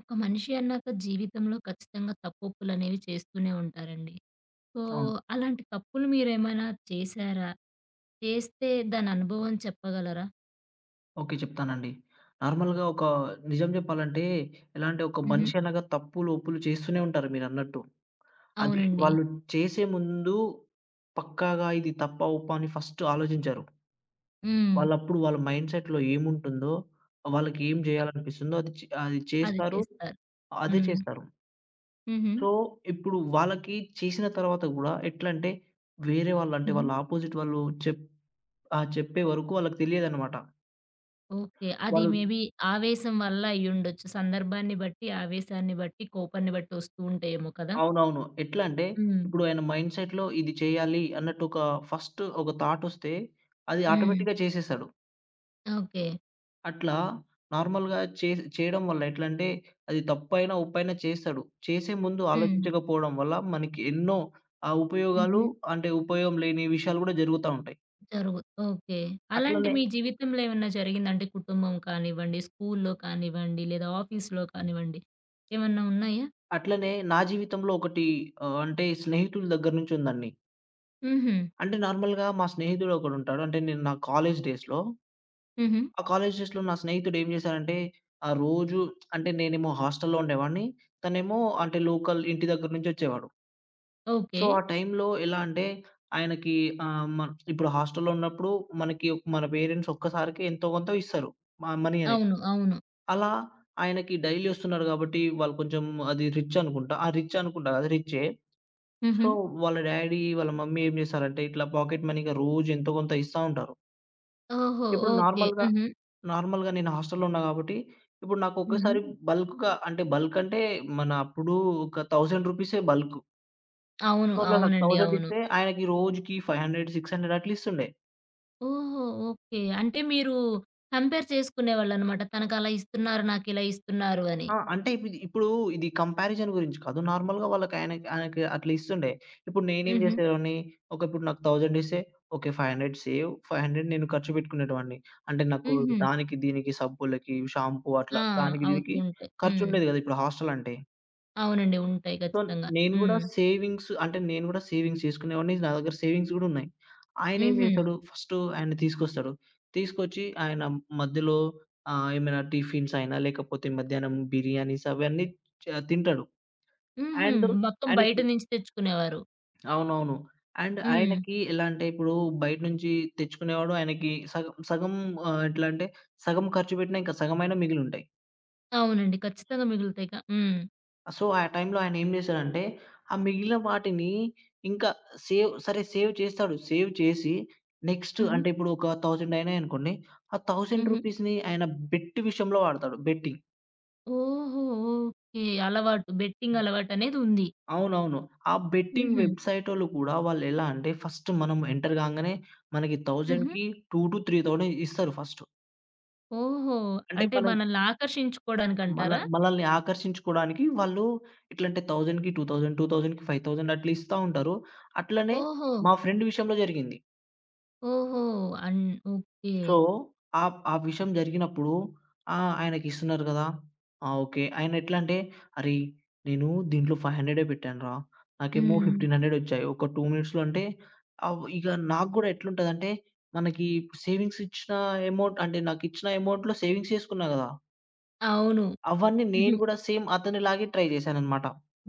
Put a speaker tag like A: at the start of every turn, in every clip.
A: ఒక మనిషి అన్నాక జీవితంలో ఖచ్చితంగా తప్పొప్పులనేవి చేస్తూనే ఉంటారండి. సో,
B: అవును.
A: అలాంటి తప్పులు మీరేమైనా చేశారా? చేస్తే దాని అనుభవం చెప్పగలరా?
B: ఓకే. చెప్తానండి. నార్మల్‌గా ఒక నిజం జెప్పాలంటే, ఎలా అంటే ఒక
A: హుహు.
B: మనిషి అనగా తప్పులు, ఒప్పులు చేస్తూనే ఉంటారు మీరన్నట్టు. అది
A: అవునండి.
B: వాళ్ళు చేసే ముందు పక్కాగా ఇది తప్పా, ఒప్పా అని ఫస్ట్ ఆలోచించరు.
A: హ్మ్.
B: వాళ్ళప్పుడు వాళ్ళ మైండ్ సెట్‌లో ఏముంటుందో, వాళ్ళకి ఏం జేయాలనిపిస్తుందో అది
A: అది
B: చేస్తారు.
A: చేస్తారు.
B: అదే
A: హ్మ్.
B: చేస్తారు.
A: హుహు.
B: సో, ఇప్పుడు వాళ్ళకి చేసిన తర్వాత గూడా ఎట్లంటే, వేరే వాళ్ళు అంటే
A: హుహు.
B: వాళ్ళ ఆపోజిట్ వాళ్ళు చెప్ చెప్పే వరకు వాళ్ళకి తెలియదనమాట.
A: ఓకే. అది
B: వాళ్ళు
A: మేబీ ఆవేశం వల్ల అయ్యుండొచ్చు. సందర్భాన్ని బట్టి, ఆవేశాన్ని బట్టి, కోపాన్ని బట్టి వస్తూ ఉంటాయేమో కదా!
B: అవునవును. ఎట్లా అంటే,
A: హ్మ్.
B: ఇప్పుడు ఆయన మైండ్ సెట్‌లో ఇది చేయాలి అన్నట్టు ఒక ఫస్ట్ ఒక థాటొస్తే, అది
A: హ్మ్.
B: ఆటోమేటిక్‌గా చేసేస్తాడు.
A: ఓకే.
B: అట్లా నార్మల్‌గా చేయడం వల్ల ఎట్లంటే, అది తప్పైనా, ఒప్పైనా చేస్తాడు. చేసే ముందు
A: హ్మ్.
B: ఆలోచించకపోవడం వల్ల మనకి ఎన్నో ఆ ఉపయోగాలు
A: హుహు.
B: అంటే, ఉపయోగం లేని విషయాలు గూడా జరుగుతా ఉంటాయి.
A: జరుగు ఓకే. అలాంటి
B: అట్లనే
A: మీ జీవితంలో ఏమన్నా జరిగిందా? అంటే కుటుంబం కానివ్వండి, స్కూల్లో కానివ్వండి, లేదా ఆఫీస్‌లో కానివ్వండి. ఏమన్నా ఉన్నాయా?
B: అట్లనే నా జీవితంలో ఒకటి అంటే స్నేహితుల దగ్గర నుంచి ఉందండి.
A: హుహు.
B: అంటే నార్మల్‌గా మా స్నేహితుడు ఒకడుంటాడు. అంటే నేను నా కాలేజ్ డేస్‌లో
A: హుహు.
B: ఆ కాలేజ్ డేస్‌లో నా స్నేహితుడు ఏం చేశాడంటే, ఆ రోజు అంటే నేనేమో హాస్టల్‌లో ఉండేవాడిని. తనేమో అంటే లోకల్ ఇంటి దగ్గర నుంచి వచ్చేవాడు.
A: ఓకే.
B: సో, ఆ టైంలో ఎలా అంటే ఆయనకి ఆహ్, మ ఇప్పుడు హాస్టల్‌లో ఉన్నప్పుడు మనకి మన పేరెంట్స్ ఒక్కసారికి ఎంతో కొంత ఇస్తారు. మనీ అనేది.
A: అవును. అవును.
B: అలా ఆయనకి డైలీ వస్తున్నారు కాబట్టి వాళ్ళు కొంచెం అది రిచ్ అనుకుంటా. ఆ రిచ్ అనుకుంటా కదా! రిచ్చే.
A: హుహు.
B: సో, వాళ్ళ డ్యాడీ, వాళ్ళ మమ్మీ ఏం చేశారంటే ఇట్లా పాకెట్ మనీ‌గా రోజు ఎంతో కొంత ఇస్తా ఉంటారు.
A: ఓహో!
B: ఇప్పుడు
A: ఓకే.
B: నార్మల్‌గా,
A: హుహు.
B: నార్మల్‌గా నేను హాస్టల్‌లో ఉన్నా కాబట్టి, ఇప్పుడు నాకు
A: హుహు.
B: ఒకేసారి బల్క్‌గా అంటే బల్క్ అంటే మన అప్పుడు ఒక రూ. 1000 బల్క్.
A: అవును.
B: సో, అట్లా నాకు
A: అవునండి.
B: 1000
A: అవును.
B: ఇస్తే ఆయనకి రోజుకి 500, 600 అట్లా ఇస్తుండే.
A: ఓహో! ఓకే. అంటే మీరు కంపేర్ చేసుకునేవాళ్ళనమాట. తనకలా ఇస్తున్నారు, నాకిలా ఇస్తున్నారు అని.
B: ఆ! అంటే ఇపుడు ఇప్పుడు ఇది కంపారిజన్ గురించి కాదు. నార్మల్‌గా వాళ్ళకి ఆయనకి ఆయనకి అట్లా ఇస్తుండే. ఇప్పుడు నేనేం
A: హుహు.
B: చేసేవాడిని, ఓకే. ఇప్పుడు నాకు 1000 ఇస్తే ఓకే. 500 సేవ్, 500 నేను ఖర్చు పెట్టుకునేటవాడిని. అంటే నాకు
A: హుహు.
B: దానికి, దీనికి సబ్బులకి, షాంపూ
A: ఆ!
B: అట్లా దానికి,
A: అవుతూ
B: దీనికి
A: ఉంటాయి. హ్మ్.
B: ఖర్చుండేది కదా! ఇప్పుడు హాస్టల్ అంటే.
A: అవునండి. ఉంటాయి
B: సో,
A: ఖచ్చితంగా.
B: నేను గూడా
A: హ్మ్.
B: సేవింగ్స్ అంటే, నేను గూడా సేవింగ్స్ చేసుకునేవాడిని. నా దగ్గర సేవింగ్స్ గూడా ఉన్నాయి. ఆయనేం
A: హుహు.
B: జేసాడు, ఫస్టు ఆయన తీసుకొస్తాడు. తీసుకొచ్చి ఆయన మధ్యలో ఏమైనా టిఫిన్స్ అయినా, లేకపోతే మధ్యాహ్నం బిర్యానీస్ అవన్నీ తింటాడు.
A: హుహు.
B: అండ్
A: మొత్తం బయట
B: ఆయనకి
A: నుంచి తెచ్చుకునేవారు.
B: అవునవును. అండ్
A: హ్మ్.
B: ఆయనకి ఎలా అంటే, ఇప్పుడు బయట నుంచి తెచ్చుకునేవాడు ఆయనకి సగం సగం, ఎట్లా అంటే, సగం ఖర్చు పెట్టినా, ఇంకా సగమైనా మిగిలుంటాయి.
A: అవునండి. ఖచ్చితంగా మిగులుతాయిగా. హ్మ్.
B: సో, ఆ టైంలో ఆయనేం జేశాడంటే, ఆ మిగిలిన వాటిని ఇంకా సేవ్ చేస్తాడు. సేవ్ చేసి నెక్స్ట్
A: హుహు.
B: అంటే ఇప్పుడు ఒక 1000 అయినాయనుకోండి. ఆ 1000
A: హుహు.
B: రూపీస్‌ని ఆయన బెట్ విషయంలో వాడతాడు. బెట్టింగ్.
A: ఓహో! ఓకే. అలవాటు. బెట్టింగ్
B: హ్మ్.
A: అలవాటనేదుంది.
B: అవునవును. ఆ బెట్టింగ్
A: హుహు.
B: వెబ్‌సైటోళ్ళు కూడా వాళ్ళెలా అంటే ఫస్ట్ మనం ఎంటర్ కాంగానే మనకి
A: హుహు.
B: 1000కి 2-3000 ఇస్తారు ఫస్ట్.
A: ఓహో!
B: అంటే
A: అంటే
B: మనం
A: మనల్ని
B: మన
A: ఆకర్షించుకోవడానికంటారా?
B: మనల్ని ఆకర్షించుకోవడానికి వాళ్ళు ఎట్లంటే 1000కి 2000, 2000కి 5000 అట్లా ఇస్తా ఉంటారు. అట్లనే
A: ఓహో!
B: మా ఫ్రెండ్ విషయంలో జరిగింది.
A: ఓహో! అన్ ఓకే.
B: సో, ఆ ఆ విషయం జరిగినప్పుడు ఆ! ఆయనకిస్తున్నారు గదా! ఆ! ఓకే. ఆయనెట్లా అంటే, "అరేయ్! నేను దీంట్లో 500 పెట్టానురా. నాకేమో
A: హ్మ్.
B: 1500 ఒచ్చాయి. ఒక 2 మినిట్స్‌లో" అంటే అవ్ ఇక నాకు గూడా ఎట్లుంటదంటే, మనకి సేవింగ్స్ ఇచ్చిన అమౌంట్ అంటే నాకిచ్చిన అమౌంట్‌లో సేవింగ్స్ చేసుకున్నా గదా!
A: అవును.
B: అవన్నీ
A: హుహు.
B: నేను గూడా సేమ్ అతనిలాగే ట్రై జేశాననమాట.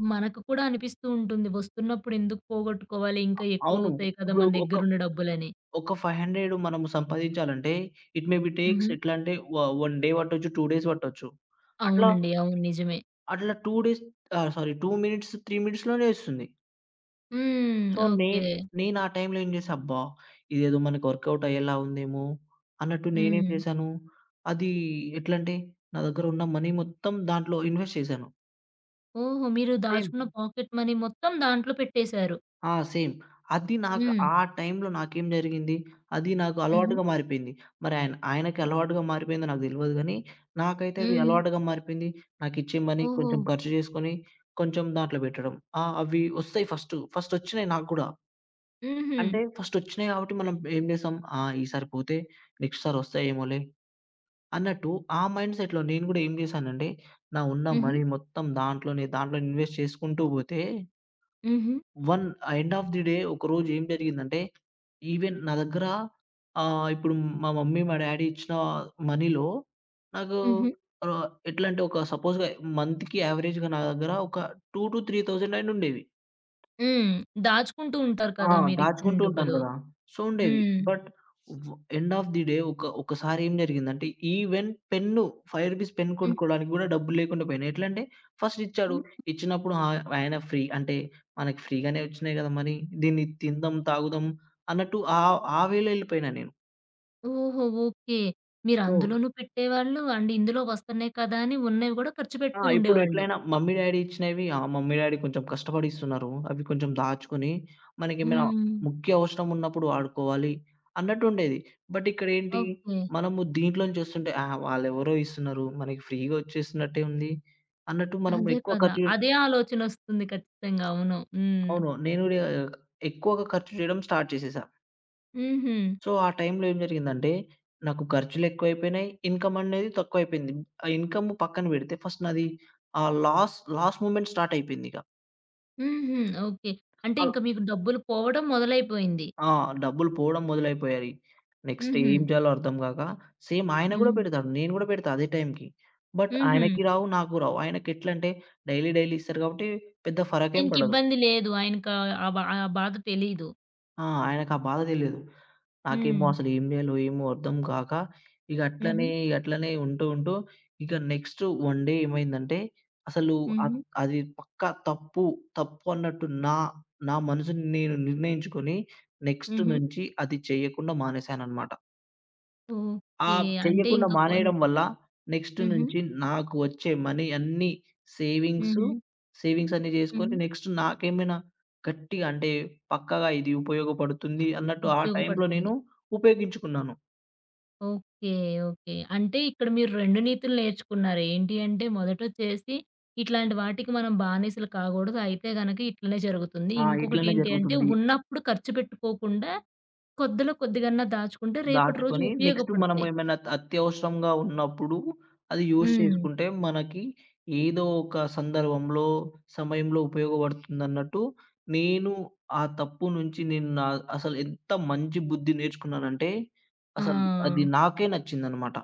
A: మనకు కూడా అనిపిస్తూ ఉంటుంది. వస్తున్నప్పుడు ఎందుకు పోగొట్టుకోవాలి? ఇంకా
B: అవును.
A: ఎక్కువవుతాయి కదా!
B: ఇప్పుడు
A: మన
B: ఒక
A: దగ్గరున్న డబ్బులని.
B: ఒక 500 మనము సంపాదించాలంటే, ఇట్ మే బి టేక్స్
A: హుహు.
B: ఎట్లా అంటే 1 డే పట్టొచ్చు, 2 డేస్ పట్టొచ్చు. అట్లా
A: అవునండి. అవును. నిజమే.
B: అట్లా 2 డేస్ ఆహ్, సారీ 2 మినిట్స్, 3 మినిట్స్‌లోనే ఏస్తుంది.
A: హ్మ్.
B: So,
A: okay.
B: నేను నేను ఆ టైంలో ఏం చేశా, అబ్బా! ఇదేదో మనకు వర్కౌట్ అయ్యేలా ఉందేమో అన్నట్టు నేనేం
A: హ్మ్.
B: చేశాను, అది ఎట్లంటే, నా దగ్గర ఉన్న మనీ మొత్తం దాంట్లో ఇన్వెస్ట్ చేశాను.
A: ఓహో! మీరు
B: సేమ్.
A: దాచుకున్న పాకెట్ మనీ మొత్తం దాంట్లో పెట్టేశారు.
B: ఆ! సేమ్. అది నాకు
A: హ్మ్.
B: ఆ టైంలో నాకేం జరిగింది, అది నాకు
A: హుహు.
B: అలవాటుగా మారిపోయింది. మరి ఆయనకి అలవాటుగా మారిపోయిందో నాకు తెలవదు గానీ, నాకైతే అది
A: హ్మ్.
B: అలవాటుగా మారిపోయింది. నాకిచ్చే మనీ
A: ఓహో!
B: కొంచెం ఖర్చు చేసుకొని, కొంచెం దాంట్లో పెట్టడం. ఆ! అవి ఒస్తాయి ఫస్టు. ఫస్టొచ్చినాయి నాకు గూడా.
A: హుహు.
B: అంటే ఫస్టొచ్చినాయి కాబట్టి మనం ఏం చేసాం, ఆ! ఈసారి పోతే నెక్స్ట్ సారి ఒస్తాయేమోలే అన్నట్టు ఆ మైండ్ సెట్‌లో నేను గూడా ఏం చేశానంటే, నా ఉన్న
A: హుహు.
B: మనీ మొత్తం దాంట్లోనే, దాంట్లో ఇన్వెస్ట్ చేసుకుంటూ పోతే
A: హుహు.
B: One end of the day ఒకరోజు ఏం జరిగిందంటే, ఈవెన్ నా దగ్గర ఇప్పుడు మా మమ్మీ, మా డ్యాడీ ఇచ్చిన మనీలో నాకు
A: హుహు.
B: ఎట్లంటే ఒక సపోజ్‌గా మంత్‌కి యావరేజ్‌గా నా దగ్గర ఒక 2,000-3,000 అయినుండేవి.
A: హ్మ్. దాచుకుంటూ ఉంటారు
B: ఆ!
A: కదా! మీరిచ్చిన
B: దాచుకుంటూ ఉంటాను
A: డబ్బులు.
B: గదా! సో, ఉండేవి.
A: హ్మ్.
B: బట్ వ్ ఎండ్ ఆఫ్ ది డే ఒకసారి ఏం జరిగిందంటే, ఈవెన్ పెన్ను రూ. 5 పెన్
A: హ్మ్.
B: కొనుక్కోవడానికి గూడా డబ్బులు లేకుండా పోయినాయి. ఎట్లంటే ఫస్ట్ ఇచ్చాడు.
A: హ్మ్.
B: ఇచ్చినప్పుడు ఆ ఆయన ఫ్రీ అంటే మనకి ఫ్రీగానే వచ్చినాయి గదా! మరి. దీన్ని తిందాం, తాగుదాం అన్నట్టు ఆ ఆ వేలో ఎళ్ళిపోయినా నేను.
A: ఓహో! ఓకే. మీరు
B: సో
A: అందులోనూ పెట్టేవాళ్ళు అండ్ ఇందులో వస్తున్నాయి కదా! అని ఉన్నవి గూడా ఖర్చు
B: ఆ!
A: పెడుతూ
B: ఇప్పుడు
A: ఉండేవాళ్ళు.
B: ఎట్లైనా మమ్మీ, డ్యాడీ ఇచ్చినవి ఆ! మమ్మీ, డ్యాడీ కొంచెం కష్టపడి ఇస్తున్నారు. అవి కొంచెం దాచుకొని మనకేమైనా
A: హ్మ్.
B: ముఖ్య అవసరం ఉన్నప్పుడు వాడుకోవాలి అన్నట్టుండేది. But ఇక్కడేంటి
A: okay.
B: మనము దీంట్లో నుంచి చూస్తుంటే వాళ్ళెవరో ఇస్తున్నారు. మనకి ఫ్రీగా వచ్చేస్తున్నట్టే ఉంది అన్నట్టు మనం
A: అదే
B: ఎక్కువ
A: కదా!
B: ఖర్చు చే
A: అదే ఆలోచనొస్తుంది ఖచ్చితంగా. అవును. హ్మ్.
B: అవును. నేను కూడా ఎక్కువగా ఖర్చు చేయడం స్టార్ట్ చేసేసా.
A: హుహు.
B: సో, ఆ టైంలో ఏం జరిగిందంటే నాకు ఖర్చులెక్కువైపోయినాయి. ఇన్‌కమ్ అనేది తక్కువైపోయింది. ఆ ఇన్‌కమ్ పక్కన పెడితే ఫస్ట్ నాది ఆహ్, లాస్ లాస్ మూవ్‌మెంట్ స్టార్ట్ అయిపోయిందిక.
A: హుహు. ఓకే. అంటే
B: అల్
A: ఇంక మీకు డబ్బులు పోవడం మొదలైపోయింది.
B: ఆ! డబ్బులు పోవడం మొదలైపోయాయి. నెక్స్ట్
A: హుహు.
B: ఏం చేయాలో అర్థం గాక, సేమ్ ఆయన గూడా
A: హ్మ్.
B: పెడతాడు. నేను గూడా పెడతా అదే టైంకి. బట్
A: హుహు.
B: ఆయనకి రావు, నాకు రావు. ఆయనకెట్లంటే డైలీ డైలీ ఇస్తారు కాబట్టి పెద్ద ఫరకేం పడదు.
A: ఆయనకిబ్బంది లేదు. ఆయనకా ఆ బాధ తెలీదు.
B: ఆ! ఆయనకా బాధ తెలీదు.
A: హ్మ్.
B: నాకేమో అసలు ఏం జేయాలో ఏమో అర్థం గాక, ఇగ
A: హుహు.
B: అట్లనే, అట్లనే ఉంటూ ఇక నెక్స్ట్ వన్ డే ఏమైందంటే అసలు
A: హుహు.
B: అది పక్కా తప్పు, తప్పు అన్నట్టు నా మనసుని నేను నిర్ణయించుకొని నెక్స్ట్
A: హుహు.
B: నుంచి అది చేయకుండా మానేశానన్నమాట. ఆ!
A: ఓకే. అంటే
B: చెయ్యకుండా
A: ఇంక
B: మానేయడం వల్ల నెక్స్ట్
A: హుహు.
B: నుంచి నాకు వచ్చే మనీ అన్నీ సేవింగ్సు,
A: హుహు.
B: సేవింగ్స్ అన్నీ
A: హుహు.
B: జేసుకొని నెక్స్ట్ నాకేమైనా గట్టిగా అంటే పక్కాగా ఇది ఉపయోగపడుతుంది అన్నట్టు ఆ టైంలో
A: ఉపయోగపడుతుంది.
B: నేను ఉపయోగించుకున్నాను.
A: ఓకే. ఓకే. అంటే ఇక్కడ మీరు 2 నీతులు నేర్చుకున్నారు. ఏంటి అంటే మొదటొచ్చేసి ఇట్లాంటి వాటికి మనం బానిసలు కాగూడదు. అయితే గనక ఇట్లనే జరుగుతుంది.
B: ఆ! ఇట్లనే
A: ఇంకొకటేంటి అంటే
B: జరుగుతుంది.
A: ఉన్నప్పుడు ఖర్చు పెట్టుకోకుండా కొద్దిలో కొద్దిగన్నా దాచుకుంటే రేపటి రోజు
B: దాచుకొని నెక్స్ట్ మనము
A: ఉపయోగపడతాయి.
B: ఏమైనా అత్యవసరంగా ఉన్నప్పుడు అది యూజ్
A: హ్మ్.
B: చేసుకుంటే మనకి ఏదో ఒక సందర్భంలో, సమయంలో ఉపయోగపడుతుందన్నట్టు నేను ఆ తప్పు నుంచి నేను నా అసలు ఎంత మంచి బుద్ధి నేర్చుకున్నానంటే
A: ఆ!
B: అసలు అది నాకే నచ్చిందన్నమాట.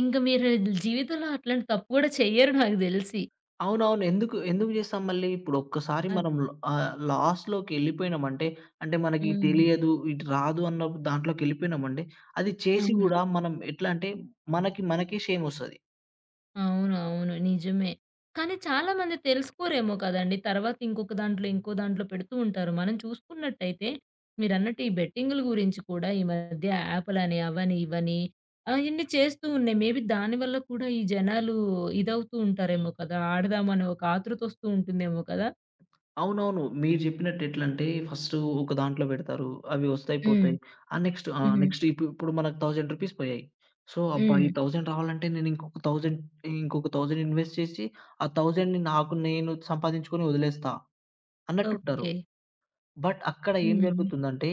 A: ఇంక మీరు జీవితంలో అట్లాంటి తప్పు గూడా చెయ్యరు నాకు దెలిసి.
B: అవునవును. ఎందుకు ఎందుకు చేస్తాం మళ్ళీ? ఇప్పుడు ఒక్కసారి
A: అద్
B: మనం లాస్‌లోకెళ్ళిపోయినామంటే అంటే మనకి
A: హ్మ్.
B: తెలియదు, ఇటు రాదు అన్న దాంట్లోకెళ్ళిపోయినామంటే అది చేసి
A: అవును.
B: గూడా మనం ఎట్లా అంటే మనకి మనకే షేమొస్తది.
A: అవును. అవును. నిజమే. కానీ చాలామంది తెలుసుకోరేమో కదండీ! తర్వాత ఇంకొక దాంట్లో, ఇంకో దాంట్లో పెడుతూ ఉంటారు. మనం చూసుకున్నట్టయితే మీరన్నట్టు ఈ బెట్టింగుల గురించి కూడా ఈ మధ్య యాపులని, అవని, ఇవని ఇన్ని చేస్తూ ఉన్నాయి. మేబీ దానివల్ల కూడా ఈ జనాలు ఇదవుతూ ఉంటారేమో కదా! ఆడదామనే ఒక ఆతృతొస్తూ ఉంటుందేమో కదా!
B: అవునవును. మీరు జెప్పినట్టు ఎట్లంటే ఫస్టు ఒక దాంట్లో బెడతారు. అవి వస్తాయి,
A: హ్మ్.
B: పోతాయి. ఆ నెక్స్ట్ ఆ!
A: హుహు.
B: నెక్స్ట్ ఇప్పు ఇప్పుడు మనకు రూ. 1000 పోయాయి. సో, అబ్బా! ఈ
A: హ్మ్.
B: 1000 రావాలంటే నేను ఇంకొక 1000 ఇన్వెస్ట్ చేసి, ఆ 1000ని నాకు నేను సంపాదించుకొని వదిలేస్తా అన్నట్టుంటారు.
A: ఓకే.
B: బట్ అక్కడ ఏం
A: హ్మ్.
B: జరుగుతుందంటే,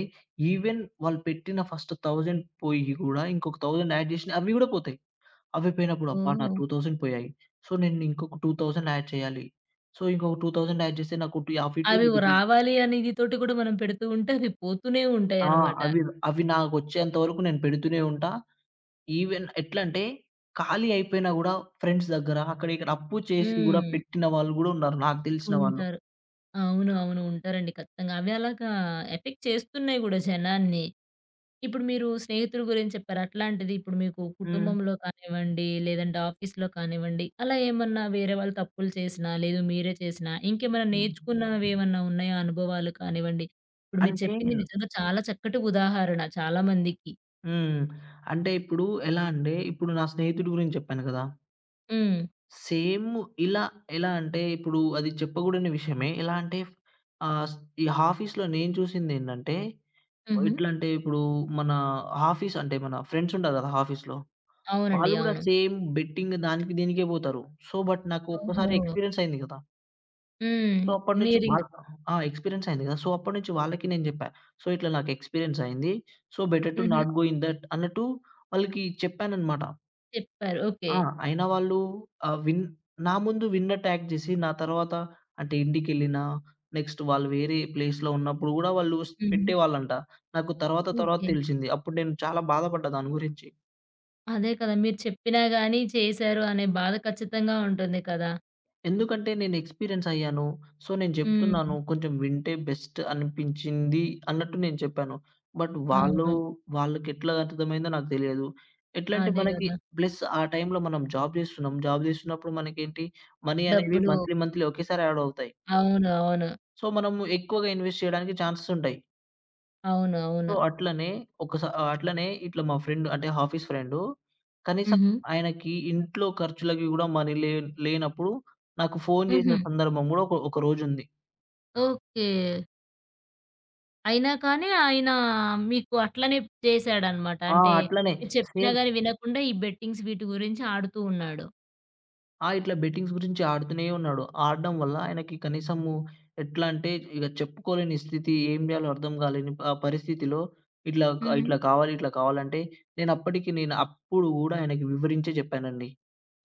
B: ఈవెన్ వాళ్ళు పెట్టిన ఫస్ట్ 1000 పోయి గూడా ఇంకొక 1000 యాడ్ జేషినయి అవి గూడా పోతాయి. అవి పోయినప్పుడు అబ్బా! నా
A: ఓహ్!
B: 2000 పోయాయి. సో, నేను ఇంకొక 2000 యాడ్ చేయాలి. సో, ఇంకొక 2000 యాడ్ జేస్తే నాకు టు అవి 2,
A: అవి
B: ఇవి 2
A: రావాలి అనే ఇది తోటి కూడా మనం పెడుతూ ఉంటే అవి పోతూనే
B: ఆ!
A: ఉంటాయన్నమాట.
B: అవి అవి నాకొచ్చేంత వరకు నేను పెడుతూనే ఉంటా. ఈవెన్ ఎట్లంటే ఖాళీ అయిపోయినా గూడా ఫ్రెండ్స్ దగ్గర అక్కడ ఇక్కడ అప్పు చేసి గూడా
A: హ్మ్.
B: పెట్టిన వాళ్ళు గూడా ఉన్నారు నాకు తెలిసిన వాళ్ళు.
A: ఉంటారు. అవును. అవును. ఉంటారండి ఖచ్చితంగా. అవి అలాగా ఎఫెక్ట్ చేస్తున్నాయి గూడా జనాన్ని. ఇప్పుడు మీరు స్నేహితుల గురించి చెప్పారు. అట్లాంటిది ఇప్పుడు మీకు
B: హ్మ్.
A: కుటుంబంలో కానివ్వండి, లేదంటే ఆఫీస్‌లో కానివ్వండి, అలా ఏమన్నా వేరే వాళ్ళు తప్పులు చేసినా, లేదు మీరే చేసినా, ఇంకేమైనా
B: హ్మ్.
A: నేర్చుకున్నవేమన్నా ఉన్నాయా అనుభవాలు కానివ్వండి? ఇప్పుడు మీరు
B: అంటే
A: చెప్పింది నిజంగా చాలా చక్కటి ఉదాహరణ చాలా మందికి.
B: హ్మ్. అంటే ఇప్పుడు ఎలా అంటే ఇప్పుడు నా స్నేహితుడి గురించి చెప్పాను కదా!
A: హ్మ్.
B: సేమ్ ఇలా ఎలా అంటే ఇప్పుడు అది చెప్పగూడని విషయమే. ఎలా అంటే ఆహ్, ఈ ఆఫీస్‌లో నేను చూసిందేంటంటే,
A: హుహు.
B: ఎట్లంటే ఇప్పుడు మన ఆఫీస్ అంటే మన ఫ్రెండ్స్ ఉంటారు కదా! ఆఫీస్‌లో.
A: అవునండి.
B: వాళ్ళు గూడా
A: అవును.
B: సేమ్ బెట్టింగ్ దానికి దీనికే పోతారు. సో, బట్ నాకు ఒక్కసారి
A: ఓహో!
B: ఎక్స్‌పీరియన్స్ అయింది కదా!
A: హ్మ్.
B: సో, అప్పటి నుంచి
A: మీరింక
B: వాళ్ ఆ! ఎక్స్‌పీరియన్స్ అయింది కదా! సో, అప్పటి నుంచి వాళ్ళకి నేను జెప్పా. సో, ఇట్లా నాకు ఎక్స్‌పీరియన్స్ అయింది. సో, బెటర్ టు
A: హుహు.
B: నాట్ గో ఇన్ దట్ అన్నట్టు వాళ్ళకి చెప్పాననమాట.
A: చెప్పారు. ఓకే.
B: ఆ! అయినా వాళ్ళు ఆహ్, విన్ నా ముందు విన్నట్టు యాక్ట్ జేసి, నా తర్వాత అంటే ఇంటికెళ్ళినా, నెక్స్ట్ వాళ్ళు వేరే ప్లేస్‌లో ఉన్నప్పుడు గూడా వాళ్ళు
A: హుహు.
B: పెట్టేవాళ్ళంట. నాకు తర్వాత తర్వాత
A: ఓకే.
B: తెలిసింది. అప్పుడు నేను చాలా బాధపడ్డా దాని గురించి.
A: అదే కదా! మీరు చెప్పినా గాని చేశారు అనే బాధ ఖచ్చితంగా ఉంటుంది కదా!
B: ఎందుకంటే నేను ఎక్స్‌పీరియన్స్ అయ్యాను. సో, నేను చెప్తున్నాను.
A: హ్మ్.
B: కొంచెం వింటే బెస్ట్ అనిపించింది అన్నట్టు నేను చెప్పాను. బట్ వాళ్ళు
A: అవును.
B: వాళ్ళకెట్లా అర్థమైందో నాకు తెలియదు. ఎట్లంటే
A: అదే
B: మనకి
A: గదా!
B: ప్లస్ ఆ టైంలో మనం జాబ్ చేస్తున్నాం. జాబ్ చేస్తున్నప్పుడు మనకేంటి మనీ అనేవి
A: డబ్బులు
B: మంత్లీ ఒకేసారి యాడ్ అవుతాయి.
A: అవును. అవును.
B: సో, మనము ఎక్కువగా ఇన్వెస్ట్ చేయడానికి ఛాన్సెస్ ఉంటాయి.
A: అవును.
B: సో,
A: అవును.
B: అట్లనే ఇట్లా మా ఫ్రెండ్ అంటే ఆఫీస్ ఫ్రెండు కనీసం
A: హుహు.
B: ఆయనకి ఇంట్లో ఖర్చులకి గూడా మనీ లే లేనప్పుడు నాకు ఫోను
A: హుహు.
B: జేసిన సందర్భం గూడా ఒక ఒక రోజుంది.
A: ఓకే. అయినా కానీ ఆయన మీకు అట్లనే చేశాడనమాట.
B: ఆ!
A: అంటే
B: అట్లనే
A: మీరు చెప్పినా
B: సేమ్.
A: గాని వినకుండా ఈ బెట్టింగ్స్ వీటి గురించి ఆడుతూ ఉన్నాడు.
B: ఆ! ఇట్లా బెట్టింగ్స్ గురించి ఆడుతూనే ఉన్నాడు. ఆడడం వల్ల ఆయనకి కనీసము ఎట్లా అంటే ఇగ చెప్పుకోలేని స్థితి, ఏం జేయాలో అర్థం గాలేని పరిస్థితిలో
A: హుహు.
B: ఇట్లా కావాలి, ఇట్లా కావాలంటే నేను అప్పుడు గూడా ఆయనకి వివరించే జెప్పానండి.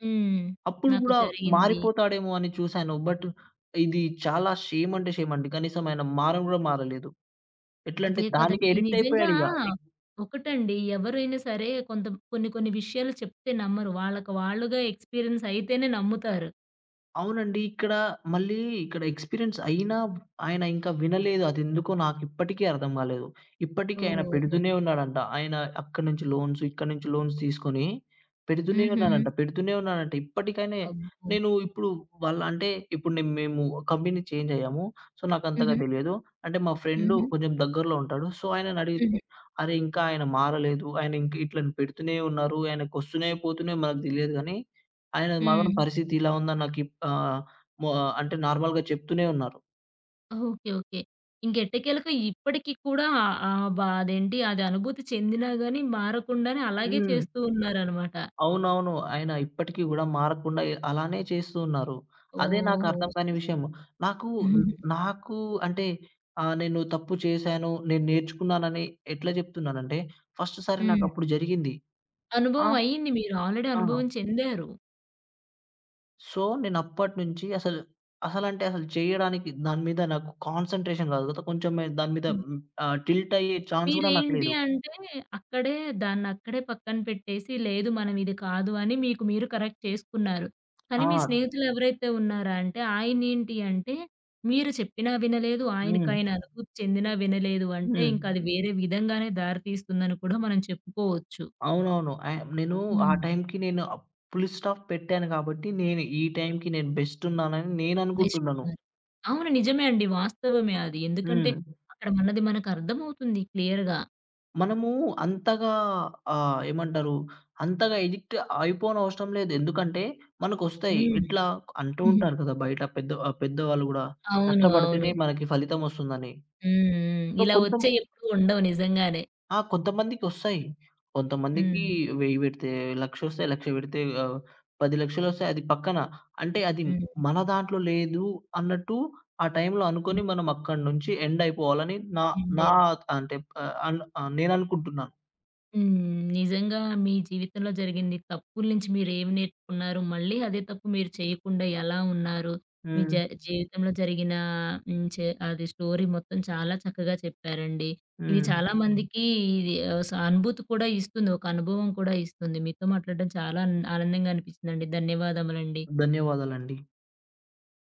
A: హ్మ్.
B: అప్పుడు
A: నాకు
B: గూడా
A: జరిగింది.
B: మారిపోతాడేమో అని చూసాను. బట్ ఇది చాలా షేమ్ అంటే షేమ్ అండి. కనీసం ఆయన మారను గూడా మారలేదు. ఎట్లంటే
A: అదే
B: దానికే
A: కదండీ.
B: ఎడిక్ట్
A: నిజంగా
B: అయిపోయాడిగ.
A: ఒకటండి ఎవరైనా సరే కొంత కొన్ని కొన్ని విషయాలు చెప్తే నమ్మరు. వాళ్ళకి వాళ్ళుగా ఎక్స్‌పీరియన్స్ అయితేనే నమ్ముతారు.
B: అవునండి. మళ్ళీ ఇక్కడ ఎక్స్‌పీరియన్స్ అయినా ఆయన ఇంకా వినలేదు. అదెందుకో నాకిప్పటికీ అర్థం గాలేదు. ఇప్పటికి ఆయన
A: ఓహో!
B: పెడుతూనే ఉన్నాడంట. ఆయన అక్కడి నుంచి లోన్స్, ఇక్కడి నుంచి లోన్స్ తీసుకొని పెడుతూనే
A: హుహు.
B: ఉన్నాడంట. పెడుతూనే ఉన్నాడంట. ఇప్పటికైనా
A: అబ్బో!
B: నేను ఇప్పుడు వాళ్ళ అంటే ఇప్పుడు మేము కంపెనీ చేంజ్ అయ్యాము. సో, నాకంతగా
A: హుహు.
B: తెలియదు. అంటే మా ఫ్రెండు
A: హుహు.
B: కొంచెం దగ్గరలో ఉంటాడు. సో, ఆయననడిగితే
A: హుహు.
B: "అరే! ఇంకా ఆయన మారలేదు. ఆయన ఇంక ఇట్లనే పెడుతూనే ఉన్నారు. ఆయనకొస్తున్నాయి, పోతున్నాయి మనకు తెలియదు గానీ ఆయన మాత్రం
A: హ్మ్.
B: పరిస్థితి ఇలా ఉందని నాకు ఇప్ ఆహ్, మొ అంటే నార్మల్‌గా చెప్తూనే ఉన్నారు.
A: ఓకే. ఓకే. ఇంకెట్టకేలకు ఇప్పటికి కూడా ఆహ్, ఆ బ అదేంటి అది అనుభూతి చెందినా గాని మారకుండానే అలాగే
B: హ్మ్.
A: చేస్తూ ఉన్నారనమాట.
B: అవునవును. ఆయన ఇప్పటికి గూడా మారకుండా అలానే చేస్తూ ఉన్నారు. అదే నాకు
A: ఓహో!
B: అర్థం కాని విషయం. నాకు న్ నాకు అంటే ఆహ్, నేను తప్పు చేశాను, నేను నేర్చుకున్నానని ఎట్లా చెప్తున్నానంటే, ఫస్ట్ సారి
A: హ్మ్.
B: నాకప్పుడు జరిగింది. ఆ!
A: అనుభవం అయింది. మీరు ఆల్రెడీ
B: ఆ!
A: అనుభవం చెందారు.
B: సో, నేను అప్పటినుంచి అసలు అసలు చేయడానికి దాని మీద నాకు కాన్సంట్రేషన్ కాదు కదా! కొంచెం దాని మీద టిల్ట్ అయ్యే ఛాన్స్ గూడా నాకు
A: మీరేంటి
B: లేదు.
A: అంటే అక్కడే దాన్నక్కడే పక్కన పెట్టేసి, లేదు మనం ఇది కాదు అని మీకు మీరు కరెక్ట్ చేసుకున్నారు. కానీ
B: ఆ!
A: మీ స్నేహితులు ఎవరైతే ఉన్నారా అంటే ఆయనేంటి అంటే, మీరు చెప్పినా వినలేదు,
B: హ్మ్.
A: ఆయనకాయన అనుభూతి చెందినా వినలేదు అంటే
B: హ్మ్.
A: ఇంకది వేరే విధంగానే దారి తీస్తుందని కూడా మనం చెప్పుకోవచ్చు.
B: అవునవును. ఆహ్, నేను ఆ
A: హ్మ్.
B: టైంకి నేను ఆహ్, ఫుల్ స్టాప్ పెట్టాను కాబట్టి, నేను ఈ టైంకి నేను బెస్ట్ ఉన్నానని నేను
A: బెస్ట్
B: అనుకుంటున్నాను.
A: ఉన్నారు. అవును. నిజమే అండి. వాస్తవమే అది. ఎందుకంటే
B: హ్మ్.
A: అక్కడ మనది మనకర్థమవుతుంది క్లియర్‌గా.
B: మనము అంతగా ఏమంటారు? అంతగా ఎడిక్ట్ అయిపోనవసరం లేదు. ఎందుకంటే మనకొస్తాయి.
A: హ్మ్.
B: ఎట్లా అంటూ
A: హ్మ్.
B: ఉంటారు కదా! బయట పెద్ద పెద్దవాళ్ళు గూడా,
A: అవును. అవును.
B: కష్టపడితేనే మనకి ఫలితం వస్తుందని.
A: హ్మ్. హ్మ్.
B: సో
A: ఇలా
B: కొంత
A: వచ్చేయి ఎప్పుడు ఉండవు నిజంగానే.
B: ఆ! కొంతమందికొస్తాయి. కొంతమందికి
A: హ్మ్.
B: 1000 పెడితే, లక్షొస్తే, లక్ష పెడితే 10,00,000 అది పక్కన. అంటే అది
A: హ్మ్.
B: మన దాంట్లో లేదు అన్నట్టు ఆ టైంలో
A: హ్మ్.
B: అనుకోని మనం అక్కడి నుంచి ఎండ్ అయిపోవాలని నా
A: ఎండే
B: నా అంటే ఆహ్, అన్ ఆహ్, నేననుకుంటున్నాను.
A: హ్మ్. నిజంగా మీ జీవితంలో జరిగింది తప్పుల నుంచి మీరేమి నేర్చుకున్నారు? మళ్ళీ అదే తప్పు మీరు చేయకుండా ఎలా ఉన్నారు? మీ జ
B: హ్మ్.
A: జీవితంలో జరిగిన హ్మ్. అది స్టోరీ మొత్తం చాలా చక్కగా చెప్పారండి. ఇది
B: హ్మ్.
A: చాలా మందికి ఇది ఆహ్, స అనుభూతి కూడా ఇస్తుంది. ఒక అనుభవం కూడా ఇస్తుంది. మీతో మాట్లాడడం చాలా ఆనందంగా అనిపిచ్చిందండి. ధన్యవాదములండి.
B: ధన్యవాదాలండి.